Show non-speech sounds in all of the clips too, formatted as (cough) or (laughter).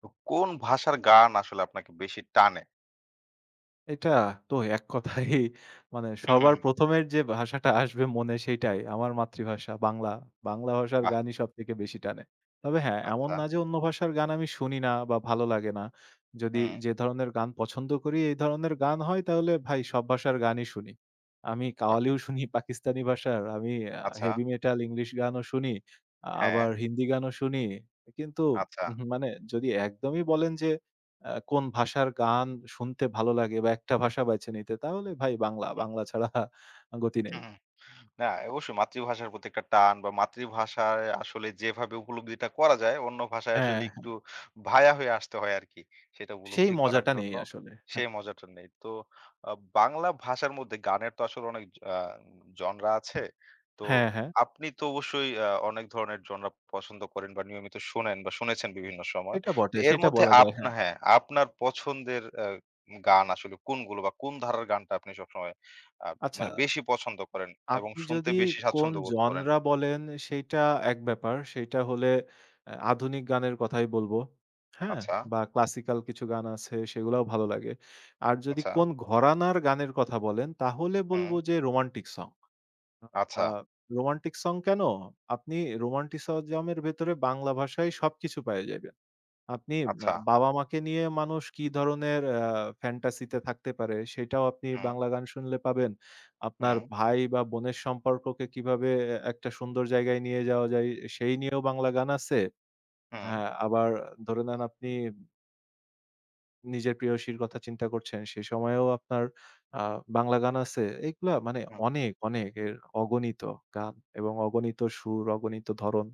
তো কোন ভাষার গান আসলে আপনাকে বেশি টানে? এটা তো এক কথায় (laughs) মানে হুম, হুম, সবার হুম। প্রথম এর যে ভাষাটা আসবে মনে সেইটাই। আমার মাতৃভাষা বাংলা। বাংলা ভাষার বাহ! গানই সবথেকে বেশি টানে। তবে হ্যাঁ, এমন আচ্ছা। না যে অন্য ভাষার গান আমি শুনি না বা ভালো লাগে না। যদি হুম, যে ধরনের গান পছন্দ করি এই ধরনের গান হয় তাহলে ভাই সব ভাষার গানই শুনি। আমি বাহ! কাওয়ালিও শুনি (laughs) পাকিস্তানি ভাষার, আমি আচ্ছা। হেভি মেটাল ইংলিশ গানও শুনি, হ্যাঁ, আবার হিন্দি গানও শুনি। কিন্তু আচ্ছা। মানে যদি একদমই বলেন যে কোন ভাষার গান শুনতে ভালো লাগে বা একটা ভাষা বেছে নিতে, তাহলে ভাই বাংলা। হুম। বাংলা ছাড়া গতি নেই। হুম, হুম। না অবশ্যই মাতৃভাষার প্রতি একটা টান বা মাতৃভাষায় আসলে যেভাবে উপলব্ধিটা করা যায় অন্য ভাষায় হ্যাঁ, আসলে একটু হ্যাঁ। ভায়া হয়ে আসতে হয় আরকি। সেটা সেই উপলব্ধি করার মজাটা নেই জন্য আসলে। সেই হ্যাঁ, মজাটা নেই। তো আ বাংলা ভাষার মধ্যে গানের তো আসলে অনেক আ জনরা আছে। তো হ্যাঁ, হ্যাঁ। আপনি তো অবশ্যই অনেক ধরনের জনরা পছন্দ করেন বা নিয়মিত শোনেন বা শুনেছেন বিভিন্ন সময়। সেটা তো বটে। এর সেটা মধ্যে বলা যায়, আপনা হ্যাঁ। হ্যাঁ, আপনার পছন্দের গান আসলে কোনগুলো বা কোন ধারার গানটা আপনি সবসময় আ আচ্ছা, মানে বেশি পছন্দ করেন এবং আপনি শুনতে যদি বেশি কোন স্বাচ্ছন্দ্য বোধ করেন। জনরা বলেন সেইটা এক ব্যাপার। সেইটা হলে আধুনিক গানের কথাই বলবো। হ্যাঁ? আচ্ছা, বা ক্লাসিক্যাল কিছু গান আছে সেগুলাও ভালো লাগে। আর যদি আচ্ছা, কোন ঘরানার গানের কথা বলেন তাহলে বলব হুম, যে রোমান্টিক সং। আ আচ্ছা, রোমান্টিক সং কেন? আপনি রোমান্টিসিজমের ভেতরে বাংলা ভাষায় সবকিছু পেয়ে যাবেন। আপনি আচ্ছা, বাবা-মাকে নিয়ে মানুষ কি ধরনের ফ্যান্টাসিতে থাকতে পারে, সেটাও আপনি হুম, বাংলা গান শুনলে পাবেন। আপনার হুম, ভাই বা বোনের সম্পর্ককে কিভাবে একটা সুন্দর জায়গায় নিয়ে যাওয়া যায়, সেই নিয়েও বাংলা গান আছে। হুম, হ্যাঁ, আবার ধরে নেন আপনি নিজের প্রেয়সীর কথা চিন্তা করছেন, সে সময়েও আপনার আ বাংলা গান আছে। এগুলা মানে হুম। অনেক, অনেক অগণিত গান এবং অগণিত সুর, অগণিত ধরন।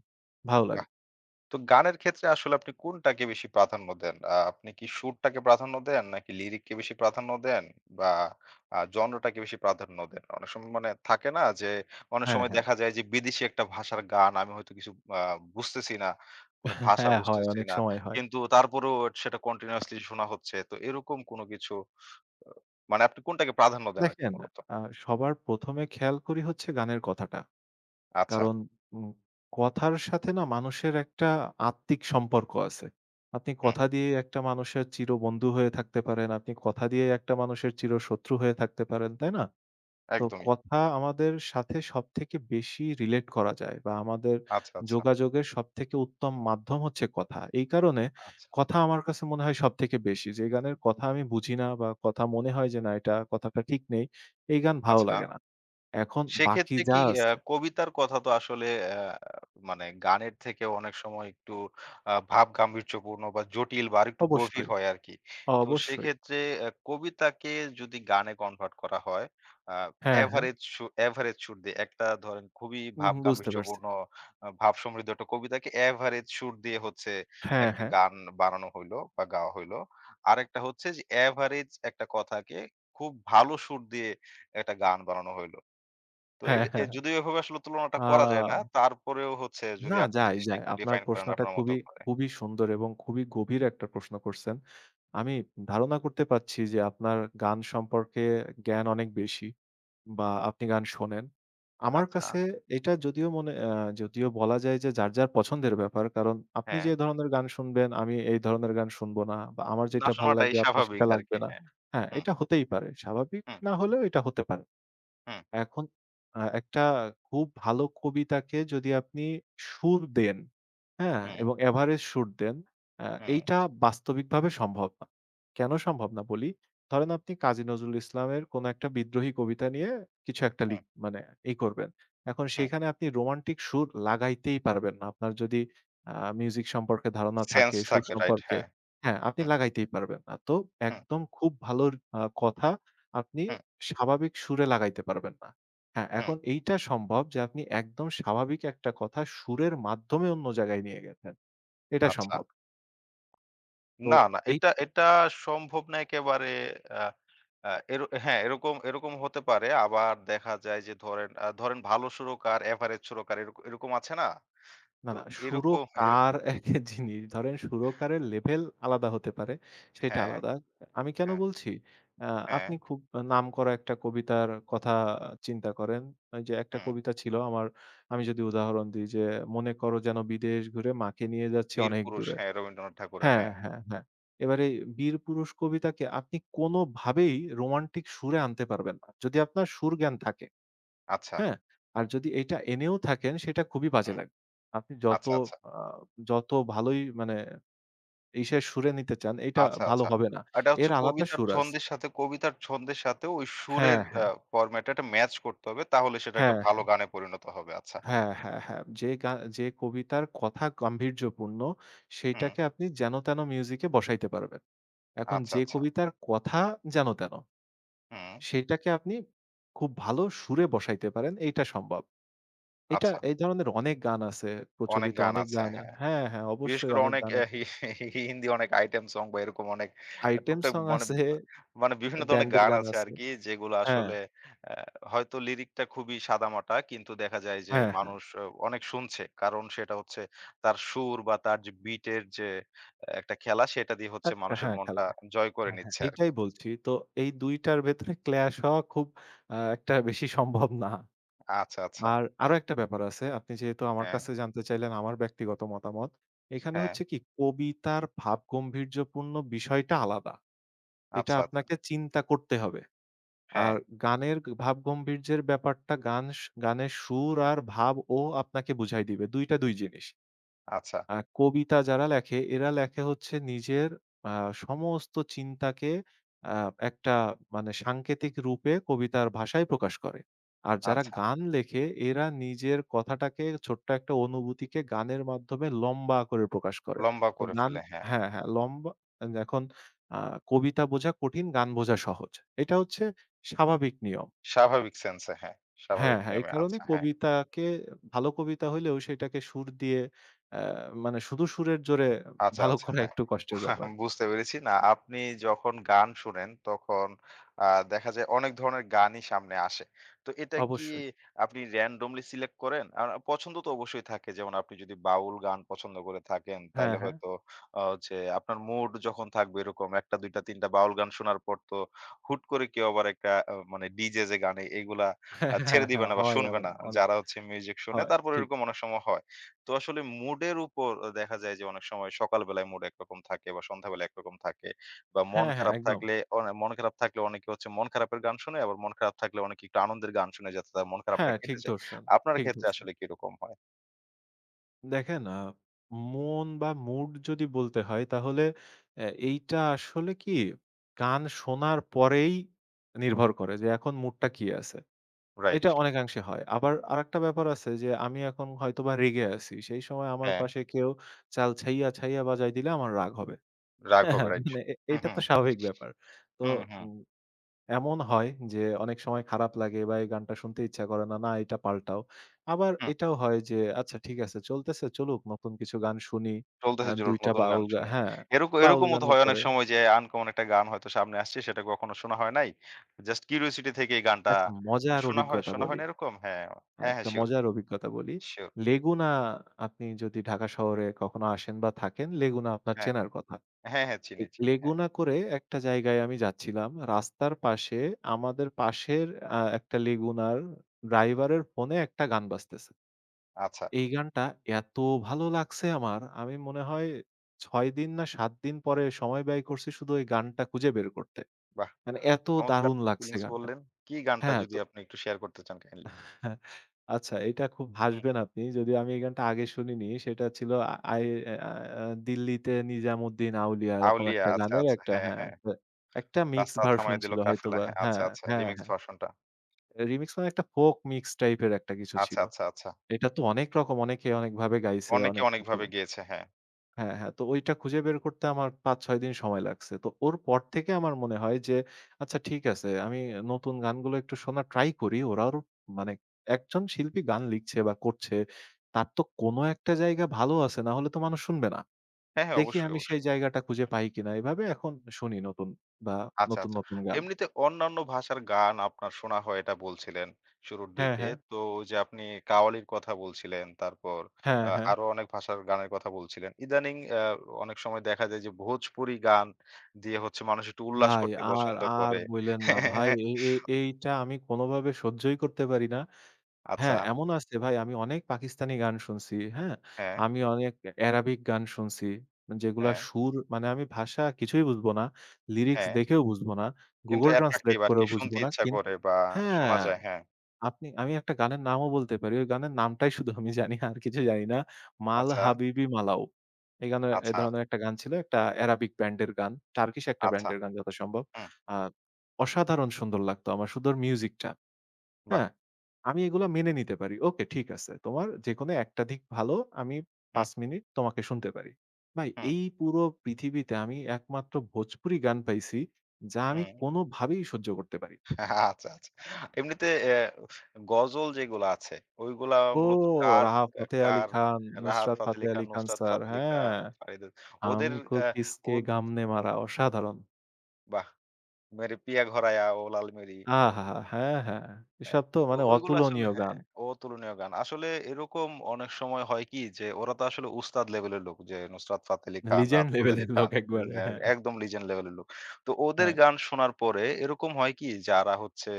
ভালো বাহ! লাগে। তো গানের ক্ষেত্রে আসলে আপনি কোনটাকে বেশি প্রাধান্য দেন? আপনি কি সুরটাকে প্রাধান্য দেন নাকি লিরিককে বেশি প্রাধান্য দেন বা জনরাটাকে বেশি প্রাধান্য দেন? অনেক সময় মানে থাকে না যে অনেক হ্যাঁ, সময় হ্যাঁ। দেখা যায় যে বিদেশি একটা ভাষার গান আমি হয়তো কিছু আ বুঝতেছি না, কোনো (laughs) ভাষা হ্যাঁ, হয় বুঝতেছি অনেক না। সময় হয়। কিন্তু তারপরেও সেটা কন্টিনিউয়াসলি শোনা হচ্ছে। তো এরকম কোনো কিছু মানে আপনি কোনটাকে প্রাধান্য দেন আরকি দেখেন মূলত? আ সবার প্রথম এ খেয়াল করি হচ্ছে গানের কথাটা। আচ্ছা। কারণ উম কথার সাথে না মানুষের একটা আত্মিক সম্পর্ক আছে। আপনি হুম, কথা দিয়ে একটা মানুষের চিরবন্ধু হয়ে থাকতে পারেন, আপনি কথা দিয়ে একটা মানুষের চিরশত্রু হয়ে থাকতে পারেন, তাই না? তো একদমই। কথা আমাদের সাথে সবথেকে বেশি রিলেট করা যায় বা আমাদের আচ্ছা, আচ্ছা। যোগাযোগের সবথেকে উত্তম মাধ্যম হচ্ছে কথা। এই কারণে আচ্ছা, কথা আমার কাছে মনে হয় সবথেকে বেশি। যে গানের কথা আমি বুঝি না বা কথা মনে হয় যে না এটা কথাটা ঠিক নেই, এই গান ভালো আচ্ছা। লাগে না। এখন বাকি সেক্ষেত্রে যা কি আছে কবিতার কথা তো আসলে আ মানে গানের থেকে অনেক সময় একটু ভাব গাম্ভীর্যপূর্ণ বা জটিল বা আরেকটু গভীর অবশ্যই, হয় আরকি। তো অবশ্যই। সেক্ষেত্রে কবিতাকে যদি গানে কনভার্ট করা হয়, আ হ্যাঁ, হ্যাঁ। এভারেজ সু এভারেজ সুর দিয়ে একটা ধরেন খুবই ভাব বুঝতে পারছি। গাম্ভীর্যপূর্ণ ভাব সমৃদ্ধ একটা কবিতাকে এভারেজ সুর দিয়ে হচ্ছে হ্যাঁ, একটা হ্যাঁ। গান বানানো হইলো বা গাওয়া হইলো। আরেকটা হচ্ছে যে এভারেজ একটা কথাকে খুব ভালো সুর দিয়ে একটা গান বানানো হইলো। তো হ্যাঁ, এটা হ্যাঁ। যদিও এভাবে আসলে তুলনাটা আ করা যায় না। তারপরেও হচ্ছে যদি না, আপনি যায়, জিনিসটা যায়। একটু আপনার ডিফাইন করেন প্রশ্নটা আপনার মতো খুবই, করে। খুবই সুন্দর এবং খুবই গভীর একটা প্রশ্ন করছেন। আমি ধারণা করতে পারছি যে আপনার গান সম্পর্কে জ্ঞান অনেক বেশি বা আপনি গান শোনেন। আমার আচ্ছা, কাছে এটা যদিও মনে যদিও বলা যায় যে যার, যার পছন্দের ব্যাপার। কারণ আপনি হ্যাঁ। যে ধরনের গান শুনবেন, আমি এই ধরনের গান শুনবো না বা আমার না যেটা ভাল শোনাটাই লাগবে আপনার স্বাভাবিক সেটা লাগবে আরকি। না। হ্যাঁ। হ্যাঁ, হুম, এটা হতেই পারে। স্বাভাবিক হুম, না হলেও এটা হতে পারে। হুম, এখন একটা খুব ভালো কবিতাকে যদি আপনি সুর দেন, হ্যাঁ? হুম, এবং এভারেজ সুর দেন, আ হুম, এইটা বাস্তবিকভাবে সম্ভব না। কেন সম্ভব না বলি? ধরেন আপনি কাজী নজরুল ইসলামের কোন একটা বিদ্রোহী কবিতা নিয়ে কিছু একটা হুম, মানে করবেন। এখন হুম। সেখানে আপনি রোমান্টিক সুর লাগাইতেই পারবেন না। আপনার যদি আ মিউজিক সম্পর্কে ধারণা সেন্স থাকে, সুর থাকে রাইট। সম্পর্কে হ্যাঁ। হ্যাঁ, আপনি হুম, লাগাইতেই পারবেন না। তো হুম, একদম খুব ভালো কথা আপনি হুম, স্বাভাবিক সুরে লাগাইতে পারবেন না। হ্যাঁ, হুম। এখন এইটা সম্ভব যে আপনি একদম স্বাভাবিক একটা কথা সুরের মাধ্যমে অন্য জায়গায় নিয়ে গেছেন। এটা আচ্ছা। সম্ভব। তো না, না এই এটা এটা সম্ভব না একেবারে আ আ এর হ্যাঁ, এরকম এরকম হতে পারে। আবার দেখা যায় যে ধরেন ধরেন ভালো সুরকার, এভারেজ সুরকার এরকম আছে না? না, তো না এরকম সুরকার এক জিনিস। ধরেন সুরকারের লেভেল আলাদা হতে পারে, সেটা হ্যাঁ, আলাদা। আমি কেন হ্যাঁ, বলছি? আ হ্যাঁ। আপনি খুব নামকরা একটা কবিতার কথা চিন্তা করেন। ওই যে একটা হুম, কবিতা ছিল আমার আমি যদি উদাহরণ দিই যে, "মনে করো যেন বিদেশ ঘুরে মাকে নিয়ে যাচ্ছি 'বীর অনেক পুরুষ' দূরে।" হ্যাঁ, রবীন্দ্রনাথ ঠাকুরের হ্যাঁ, হ্যাঁ। হ্যাঁ, হ্যাঁ। এবারে বীর পুরুষ কবিতাকে আপনি কোনভাবেই রোমান্টিক সুরে আনতে পারবেন না। যদি আপনার সুর জ্ঞান থাকে, আচ্ছা। হ্যাঁ? আর যদি এটা এনেও থাকেন সেটা খুবই বাজে হুম। লাগবে। আপনি যত আচ্ছা, আচ্ছা। আ যত ভালোই মানে ইসের সুরে নিতে চান এটা আচ্ছা, ভালো আচ্ছা। হবে না। এটা হচ্ছে এর আলাদা সুর আছে। কবিতার ছন্দের সাথে ওই সুরের হ্যাঁ, হ্যাঁ, ফরমেট একটা ম্যাচ করতে হবে। তাহলে সেটা একটা হ্যাঁ, ভালো হ্যাঁ, গানে পরিণত হবে। আচ্ছা। হ্যাঁ, হ্যাঁ, হ্যাঁ। যে কবিতার কথা গাম্ভীর্যপূর্ণ হুম। সেইটাকে আপনি যেন তেন মিউজিকে বসাইতে পারবেন। এখন আচ্ছা, যে আচ্ছা। কবিতার কথা যেন তেন হুম। সেইটাকে আপনি খুব ভালো সুরে বসাইতে পারেন, এইটা সম্ভব। এটা আচ্ছা। এই ধরনের অনেক গান আছে, অনেক প্রচলিত গান অনেক আছে, গান হ্যাঁ। হ্যাঁ, হ্যাঁ, বিশেষ অবশ্যই করে অনেক অনেক গান আছে। হিন্দি অনেক আইটেম সং বা এরকম অনেক আইটেম টুকটাক সং মানে আছে, মানে বিভিন্ন ধরনের ব্যান্ডের গান গান আছে আছে। আরকি যেগুলো হ্যাঁ, আসলে অ্যা হয়তো লিরিকটা খুবই সাদামাটা কিন্তু দেখা যায় যে হ্যাঁ, হ্যাঁ, মানুষ আহ, অনেক শুনছে। কারণ সেটা হচ্ছে তার সুর বা তার যে বিটের যে আহ, একটা খেলা সেটা দিয়ে হচ্ছে একটা মানুষের হ্যাঁ, মনটা খেলা। জয় করে হ্যাঁ, হ্যাঁ, নিচ্ছে আরকি। এইটাই বলছি। তো এই ২ টার ভেতরে ক্ল্যাশ হওয়া খুব একটা বেশি সম্ভব না। আচ্ছা, আচ্ছা। আর আরো একটা ব্যাপার আছে। আপনি যেহেতু আমার হ্যাঁ, কাছে জানতে চাইলেন আমার ব্যক্তিগত মতামত। এখানে হ্যাঁ। হচ্ছে কি কবিতার ভাবগম্ভীর্যপূর্ণ বিষয়টা আলাদা। এটা আচ্ছা, আচ্ছা। আপনাকে চিন্তা করতে হবে। হ্যাঁ, আর গানের ভাবগম্ভীর্যের ব্যাপারটা গানের সুর আর ভাবও আপনাকে বুঝায় দিবে। ২ টা ২ জিনিস। আচ্ছা, কবিতা যারা লেখে, এরা লেখে হচ্ছে নিজের আ সমস্ত চিন্তাকে আ একটা মানে সাংকেতিক রূপে কবিতার ভাষায় প্রকাশ করে। আর যারা আচ্ছা। গান লেখে, এরা নিজের কথাটাকে ছোট্ট একটা অনুভূতিকে গানের মাধ্যমে লম্বা করে প্রকাশ করে। লম্বা তো করে গান ফেলে, হ্যাঁ। হ্যাঁ, হ্যাঁ, এখন আ কবিতা বোঝা কঠিন, গান বোঝা সহজ। এটা হচ্ছে স্বাভাবিক নিয়ম। স্বাভাবিক সেন্স এ হ্যাঁ, হ্যাঁ, স্বাভাবিক হ্যাঁ। এই নিয়মে কারণে আচ্ছা, হ্যাঁ। কবিতাকে ভালো কবিতা হইলেও সেটাকে সুর দিয়ে আ মানে শুধু সুরের জোরে আচ্ছা, ভালো আচ্ছা। করা হ্যাঁ। একটু কষ্টের ব্যাপার। (laughs) বুঝতে পেরেছি। না, আপনি যখন গান শোনেন তখন আ দেখা যায় অনেক ধরনের গানই সামনে আসে। তো এটা কি অবশ্যই। আপনি randomly সিলেক্ট করেন? আর পছন্দ তো অবশ্যই থাকে। যেমন আপনি যদি বাউল গান পছন্দ করে থাকেন, হ্যাঁ, তাইলে হ্যাঁ। হয়তো হচ্ছে আপনার মুড যখন থাকবে এরকম ১ টা ২ টা ৩ টা বাউল গান শোনার পর তো হুট করে কেউ আবার একটা মানে ডিজে যে গান এগুলা হ্যাঁ, হ্যাঁ, হ্যাঁ। ছেড়ে দিবে হ্যাঁ, না বা হয় শুনবে এমন না। অনেক যারা হচ্ছে মিউজিক শুনে হয়। তারপর ঠিক। এরকম অনেক সময় হয়। তো আসলে মুডের উপর দেখা যায় যে অনেক সময় সকালবেলায় মুড একরকম থাকে বা সন্ধ্যাবেলা একরকম থাকে বা মন হ্যাঁ, হ্যাঁ, খারাপ একদম। থাকলে মন খারাপ থাকলে অনেকে হচ্ছে মন খারাপের গান শুনে আবার মন খারাপ থাকলে অনেকে একটু আনন্দের গান শুনে যাতে তার মন খারাপটা হ্যাঁ, কেটে ঠিক যায়। ধরছেন, আপনার ঠিক ক্ষেত্রে ধরছেন। আসলে কিরকম হয়? দেখেন মন বা মুড যদি বলতে হয় তাহলে এইটা আসলে কি গান শোনার পরেই নির্ভর করে যে এখন মুডটা কি আছে। রাইট। এটা অনেকাংশে হয়। আবার আরেকটা ব্যাপার আছে যে আমি এখন হয়তোবা রেগে আছি। সেই সময় আমার হ্যাঁ। পাশে কেউ চাল ছাইয়া, ছাইয়া বাজায় দিলে আমার রাগ হবে। রাগ হ্যাঁ, হবে, হ্যাঁ, রাইট। মানে হুম, এটা হুম, তো স্বাভাবিক ব্যাপার। তো হুম, হুম, উম এমন হয় যে অনেক সময় খারাপ লাগে বা এই গানটা শুনতে ইচ্ছা করে না, না এটা পাল্টাও। আবার হুম। এটাও হয় যে আচ্ছা ঠিক আছে চলতেছে চলুক নতুন কিছু গান শুনি। চলতেছে চলো ২ টা নতুন গান বাউল গা শুনে, হ্যাঁ, এরকম বাউল এরকমও তো গানের হয় অনেক পরে সময় যে আনকমন একটা গান হয়তো সামনে আসছে সেটা কখনো শোনা হয় নাই, জাস্ট কিউরিওসিটি থেকে এই গানটা একটা মজার অভিজ্ঞতা শোনা হয় বলি। না, এরকম। হ্যাঁ, হ্যাঁ, হ্যাঁ, হ্যাঁ, একটা শিওর, মজার অভিজ্ঞতা বলি। শিওর। লেগুনা আপনি যদি ঢাকা শহরে কখনো আসেন বা থাকেন, লেগুনা আপনার চেনার কথা। হ্যাঁ, হ্যাঁ, চিনি, চিনি। হ্যাঁ, লেগুনা করে একটা জায়গায় আমি যাচ্ছিলাম। রাস্তার পাশে আমাদের পাশের একটা লেগুনার ড্রাইভারের ফোনে একটা গান বাজতেছে। আচ্ছা। এই গানটা এত ভালো লাগছে আমার, আমি মনে হয় ৬ দিন না ৭ দিন পরে সময় ব্যয় করছি শুধু ওই গানটা খুঁজে বের করতে। বাহ! মানে এত চমৎকার দারুণ তো লাগছে ফিলিংস গানটা। বললেন। কি গানটা হ্যাঁ, যদি তো আপনি একটু শেয়ার করতে চান কাইন্ডলি? হ্যাঁ, আচ্ছা এটা খুব হুম, হাসবেন আপনি। যদিও আমি এই গানটা আগে শুনিনি। সেটা ছিল আ আই আ আ দিল্লিতে নিজামুদ্দিন আউলিয়া এরকম 'আউলিয়া' একটা আচ্ছা, গানের আচ্ছা। একটা হ্যাঁ, হ্যাঁ, হ্যাঁ। একটা একটা মিক্স 'রাস্তা ভার্সন থামায়ে দিল ছিল কাফেলা' হয়তোবা। হ্যাঁ, আচ্ছা, হ্যাঁ, আচ্ছা। হ্যাঁ, রিমিক্স হ্যাঁ। ভার্সনটা। রিমিক্স মানে একটা ফোক মিক্স টাইপের একটা কিছু আচ্ছা, ছিল। আচ্ছা, আচ্ছা। এটা তো অনেক রকম অনেকে অনেকভাবে গাইছে, অনেকে অনেক কিছু অনেকভাবে গেয়েছে। হ্যাঁ। হ্যাঁ, হ্যাঁ। তো ঐটা খুঁজে বের করতে আমার ৫-৬ দিন সময় লাগছে। তো ওর পর থেকে আমার মনে হয় যে, আচ্ছা ঠিক আছে আমি নতুন গানগুলো একটু শোনার ট্রাই করি। ওরাও মানে একজন শিল্পী গান লিখছে বা করছে, তার তো কোনো একটা জায়গা ভালো আছে, না হলে তো মানুষ শুনবে না। হ্যাঁ, হ্যাঁ, দেখি অবশ্যই, আমি সেই অবশ্যই। জায়গাটা খুঁজে অবশ্যই। পাই কিনা। এভাবে এখন শুনি বা আচ্ছা, নতুন, আচ্ছা। নতুন গান। এমনিতে অন্যান্য ভাষার গান আপনার শোনা হয় এটা বলছিলেন শুরুর হ্যাঁ, দিকে। হ্যাঁ। তো ওই যে আপনি কাওয়ালির কথা বলছিলেন, তারপর হ্যাঁ, হ্যাঁ। আরো অনেক ভাষার গানের কথা বলছিলেন। ইদানিং অনেক সময় দেখা যায় যে ভোজপুরি গান দিয়ে হচ্ছে মানুষ একটু উল্লাস ভাই করতে আর, পছন্দ আর করে। বইলেন না ভাই। (laughs) এই, এই এইটা আমি কোনোভাবে সহ্যই করতে পারি না। আচ্ছা। হ্যাঁ, এমন আছে ভাই আমি অনেক পাকিস্তানি গান শুনছি, হ্যাঁ? হ্যাঁ, আমি অনেক অ্যারাবিক গান শুনছি। যেগুলা হ্যাঁ, সুর মানে আমি ভাষা কিছুই বুঝবো না। লিরিক্স হ্যাঁ। দেখেও বুঝবো না। কিন্তু Google অ্যাট্রাকটিভ Translate আরকি করেও শুনতে বুঝবো না। ইচ্ছা করে বা শোনা হ্যাঁ, যায়। হ্যাঁ। আমি একটা গানের নামও বলতে পারি। ওই গানের নামটাই শুধু আমি জানি আর কিছু জানি না। 'মাল আচ্ছা, হাবিবি মালাও' এই গানের আচ্ছা, ধরনের একটা গান ছিল। একটা অ্যারাবিক ব্যান্ডের গান। টার্কিশ একটা আচ্ছা। ব্যান্ডের গান যথাসম্ভব। হুম, আ অসাধারণ সুন্দর লাগতো আমার শুধু ওর মিউজিকটা। বাহ! হ্যাঁ, আমি এগুলো মেনে নিতে পারি। ওকে ঠিক আছে। তোমার যেকোনো একটা দিক ভালো, আমি হুম, ৫ মিনিট তোমাকে শুনতে পারি। ভাই হুম, এই পুরো পৃথিবীতে আমি একমাত্র ভোজপুরি গান পাইছি, যা আমি হুম। কোনোভাবেই সহ্য করতে পারি। আচ্ছা, আচ্ছা। এমনিতে গজল যেগুলা আছে, ওইগুলা ও মূলত কার রাহা ফাতে আলি কার খান, রাহাত নুসরাত ফাতে ফাতেহী খান, আলি খান নুসরাত স্যার, ফাতেহী হ্যাঁ। খান, ফারিদা ওদের হামকো অ্যা কিসকে ওদ গামনে মারা অসাধারণ। বাহ! 'মেরে পিয়া ঘোরায়া' ও 'লাল মেরি' আহাহা! আ হ্যাঁ, হ্যাঁ। হ্যাঁ, এসব তো তো মানে ওইগুলো আসলে অতুলনীয় হ্যাঁ, গান। অতুলনীয় গান। আসলে এরকম অনেক সময় হয় কি যে ওরা তো আসলে উস্তাদ লেভেলের লোক, যে নুসরাত ফাতেহ আলি খান, রাহাত লিজেন্ড ফাতেহ আলি লেভেলের খান লোক একবারে। এ হ্যাঁ, একদম লিজেন্ড লেভেলের লোক। তো ওদের হ্যাঁ। গান শোনার পরে এরকম হয় কি, যারা হচ্ছে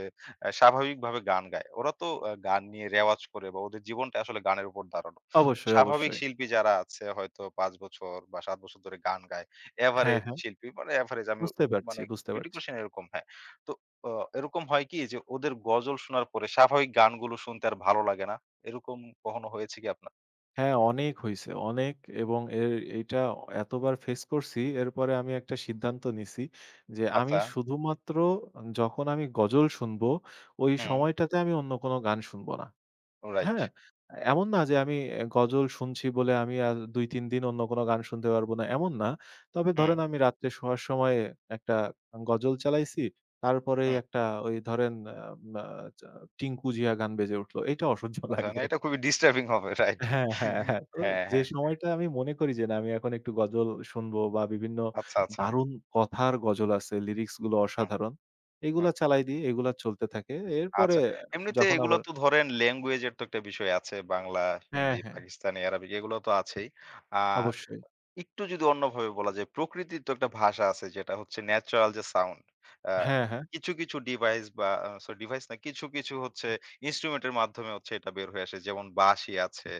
স্বাভাবিকভাবে গান গায়। ওরা তো গান নিয়ে রেওয়াজ করে বা ওদের জীবনটা আসলে গানের উপর দাঁড়ানো। অবশ্যই, স্বাভাবিক অবশ্যই। শিল্পী যারা আছে হয়তো ৫ বছর বা ৭ বছর ধরে গান গায়। হ্যাঁ, এভারেজ হ্যাঁ। শিল্পী মানে এভারেজ আমি বুঝতে পারছি, মানে বুঝতে পারছি। ক্রিটিকুয়েশন এরকম হ্যাঁ। তো অ এরকম হয় কি যে ওদের গজল শোনার পরে স্বাভাবিক গানগুলো শুনতে আর ভালো লাগে না। এরকম কখনো হয়েছে কি আপনার? হ্যাঁ, অনেক হইছে, অনেক এবং এর এইটা এতবার ফেস করছি, এরপরে আমি একটা সিদ্ধান্ত নিছি যে আমি আচ্ছা। শুধুমাত্র যখন আমি গজল শুনবো, ওই হুম, সময়টাতে আমি অন্য কোনো গান শুনবো না। রাইট। হ্যাঁ? এমন না যে আমি গজল শুনছি বলে আমি আর ২-৩ দিন অন্য কোনো গান শুনতে পারবো না, এমন না। তবে হুম, ধরেন আমি রাত্রে শোয়ার সময় একটা গজল চালাইছি, তারপরেই হুম। একটা ওই ধরেন আ মা চা টিংকু জিয়া গান বেজে উঠলো। এইটা অসহ্য আচ্ছা, না লাগে। এটা খুবই ডিস্টার্বিং হবে। রাইট। হ্যাঁ, হ্যাঁ, হ্যাঁ। তো হ্যাঁ, যে হ্যাঁ। সময়টা আমি মনে করি যে না আমি এখন একটু গজল শুনবো বা বিভিন্ন আচ্ছা, আচ্ছা। দারুণ কথার গজল আছে, লিরিক্স গুলো হুম, অসাধারণ। হুম। এগুলা চালাই দিই, এগুলা চলতে থাকে। এরপরে আচ্ছা। এমনিতে যখন এগুলো আবার তো ধরেন ল্যাঙ্গুয়েজ এর তো একটা বিষয় আছে। বাংলা, হ্যাঁ, হিন্দি, হ্যাঁ, পাকিস্তানি, আরাবিক এগুলো তো আছেই। আ অবশ্যই। একটু যদি অন্যভাবে বলা যায়, প্রকৃতির তো একটা ভাষা আছে যেটা হচ্ছে ন্যাচারাল যে সাউন্ড। আ হ্যাঁ, হ্যাঁ। কিছু, কিছু ডিভাইস বা সরি ডিভাইস না, কিছু, কিছু হচ্ছে ইন্সট্রুমেন্ট এর মাধ্যমে হচ্ছে এটা বের হয়ে আসে। যেমন বাঁশি আছে,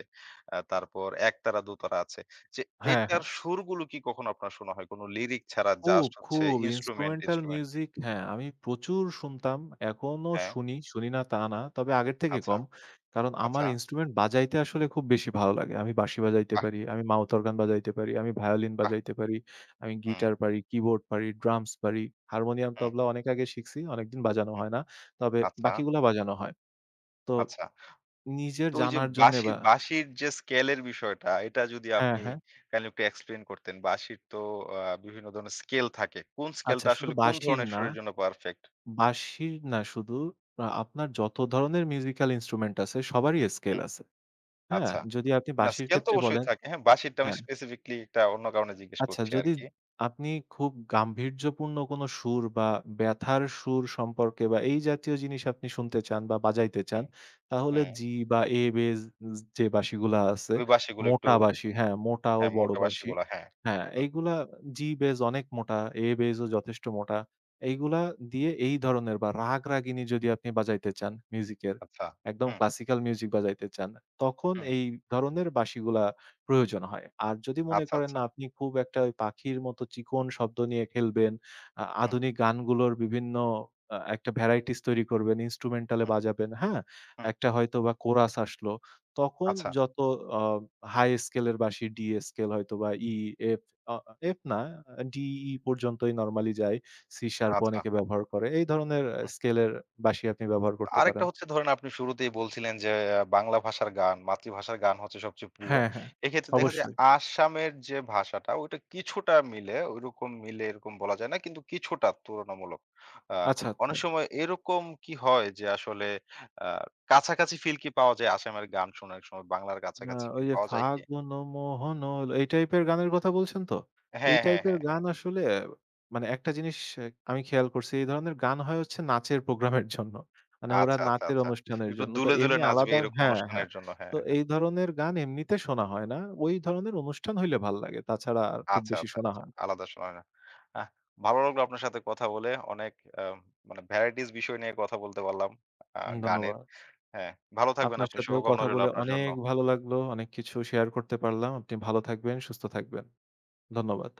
তারপর একতারা, দোতারা আছে। যে হ্যাঁ, এটার হ্যাঁ। সুরগুলো কি কখনো আপনার শোনা হয়? কোনো লিরিক ছাড়া খুব, জাস্ট হচ্ছে খুব। Instrumental instrument. music হ্যাঁ, আমি প্রচুর শুনতাম। এখনো হ্যাঁ, শুনি, শুনি না তা না। তবে আগের থেকে আচ্ছা, কম। কারণ আচ্ছা। আমার ইন্সট্রুমেন্ট বাজাইতে আসলে খুব বেশি ভালো লাগে। আমি বাঁশি বাজাইতে বাহ! পারি, আমি মাউথ অর্গান বাজাইতে পারি, আমি ভায়োলিন বাহ! বাজাইতে পারি, আমি হুম, গিটার পারি, কিবোর্ড পারি, ড্রামস পারি, হারমোনিয়াম, হুম, তবলা অনেক আগে শিখছি। অনেকদিন বাজানো হুম। হয় না। তবে আচ্ছা, বাকিগুলা বাজানো হয়। তো আচ্ছা। নিজের তো ওই যে জানার জন্যে বা বাঁশির যে স্কেলের বিষয়টা এটা যদি হ্যাঁ, আপনি হ্যাঁ। কাইন্ডলি একটু এক্সপ্লেইন করতেন। বাঁশির তো বিভিন্ন ধরনের স্কেল থাকে। কোন আচ্ছা স্কেলটা শুধু আসলে কোন বাঁশির ধরনের না সুরের জন্য পারফেক্ট? বাঁশির না শুধু আ আপনার যত ধরনের মিউজিক্যাল ইন্সট্রুমেন্ট আছে সবারই স্কেল হুম, আছে। হ্যাঁ? আচ্ছা। যদি আপনি না বাঁশির স্কেল তো ক্ষেত্রে অবশ্যই বলেন থাকে। হ্যাঁ, বাঁশিরটা আমি হ্যাঁ। স্পেসিফিকলি একটা অন্য কারণে জিজ্ঞেস আচ্ছা করছি যদি আরকি। আপনি খুব গাম্ভীর্যপূর্ণ কোনো সুর বা ব্যাথার সুর সম্পর্কে বা এই জাতীয় জিনিস আপনি শুনতে চান বা বাজাইতে চান, হুম, তাহলে হুম। জি বা এ বেজ যে বাঁশিগুলা আছে, ওই বাঁশিগুলো একটু মোটা বাঁশি হ্যাঁ, মোটা ও হ্যাঁ, বড় মোটা বাঁশি। বাঁশিগুলা হ্যাঁ। হ্যাঁ, হুম, এইগুলা জি বেজ অনেক মোটা, এ বেজও যথেষ্ট মোটা। এইগুলা দিয়ে এই ধরনের বা রাগ রাগিনী যদি আপনি বাজাইতে চান মিউজিকের, আচ্ছা। একদম হুম, ক্লাসিক্যাল মিউজিক বাজাইতে চান, তখন হুম। এই ধরনের বাঁশিগুলা প্রয়োজন হয়। আর যদি মনে আচ্ছা, করেন আচ্ছা। না আপনি খুব একটা ওই পাখির মতো চিকন শব্দ নিয়ে খেলবেন, হুম, আধুনিক গানগুলোর বিভিন্ন একটা ভ্যারাইটিস তৈরি করবেন, instrumental এ হুম, বাজাবেন, হ্যাঁ? হুম। একটা হয়তোবা কোরাস আসলো। তখন আচ্ছা, যত আ হাই স্কেল এর বাঁশি ডি স্কেল হয়তোবা ই, এফ আ এফ না ডি, ই পর্যন্তই নরমালি যায়। সি শার্প আচ্ছা। অনেকে ব্যবহার করে। এই ধরনের হুম। স্কেলের বাঁশি আপনি ব্যবহার করতে আরেকটা পারেন। হচ্ছে, ধরেন আপনি শুরুতেই বলছিলেন যে বাংলা ভাষার গান, মাতৃভাষার গান হচ্ছে সবচেয়ে প্রিয়। হ্যাঁ, হ্যাঁ। এক্ষেত্রে দেখা যায় অবশ্যই। আসামের যে ভাষাটা ওইটা কিছুটা মিলে, ওইরকম মিলে এরকম বলা যায় না, কিন্তু কিছুটা তুলনামূলক। আ আচ্ছা, অনেক আচ্ছা। সময় এরকম কি হয় যে আসলে আ কাছাকাছি ফিল কি পাওয়া যায়, আসামের গান শোনার সময় বাংলার না, কাছাকাছি ওই ফিল যে পাওয়া যায় কি? ফাগুন মোহন হল এই টাইপের গানের কথা বলছেন তো? এই হ্যাঁ, হ্যাঁ, টাইপের হ্যাঁ, হ্যাঁ। গান আসলে মানে একটা জিনিস আমি খেয়াল করছি এই ধরনের গান হয় হচ্ছে নাচের প্রোগ্রামের জন্য। মানে ওরা আচ্ছা, আচ্ছা, নাচের আচ্ছা। অনুষ্ঠানের একটু জন্য। তো দুলে, দুলে এমনি নাচবে আলাদা এরকম হ্যাঁ, হ্যাঁ। অনুষ্ঠানের জন্য। হ্যাঁ, তো হ্যাঁ। এই ধরনের গান এমনিতে শোনা হয় না। ওই ধরনের অনুষ্ঠান হইলে ভাল লাগে। তাছাড়া আর খুব আচ্ছা, বেশি আচ্ছা, শোনা আচ্ছা। হয় না। আলাদা শোনা হয় না। আহ, ভালো লাগলো আপনার সাথে কথা বলে। অনেক আ মানে ভ্যারাইটিস বিষয় নিয়ে কথা বলতে পারলাম গানের। ধন্যবাদ। হ্যাঁ, ভালো থাকবেন আপনার আপনি। সাথেও শুভকামনা কথা রইল বলে আপনার জন্য। অনেক ভালো লাগলো। অনেক কিছু শেয়ার করতে পারলাম। আপনি ভালো থাকবেন, সুস্থ থাকবেন। ধন্যবাদ।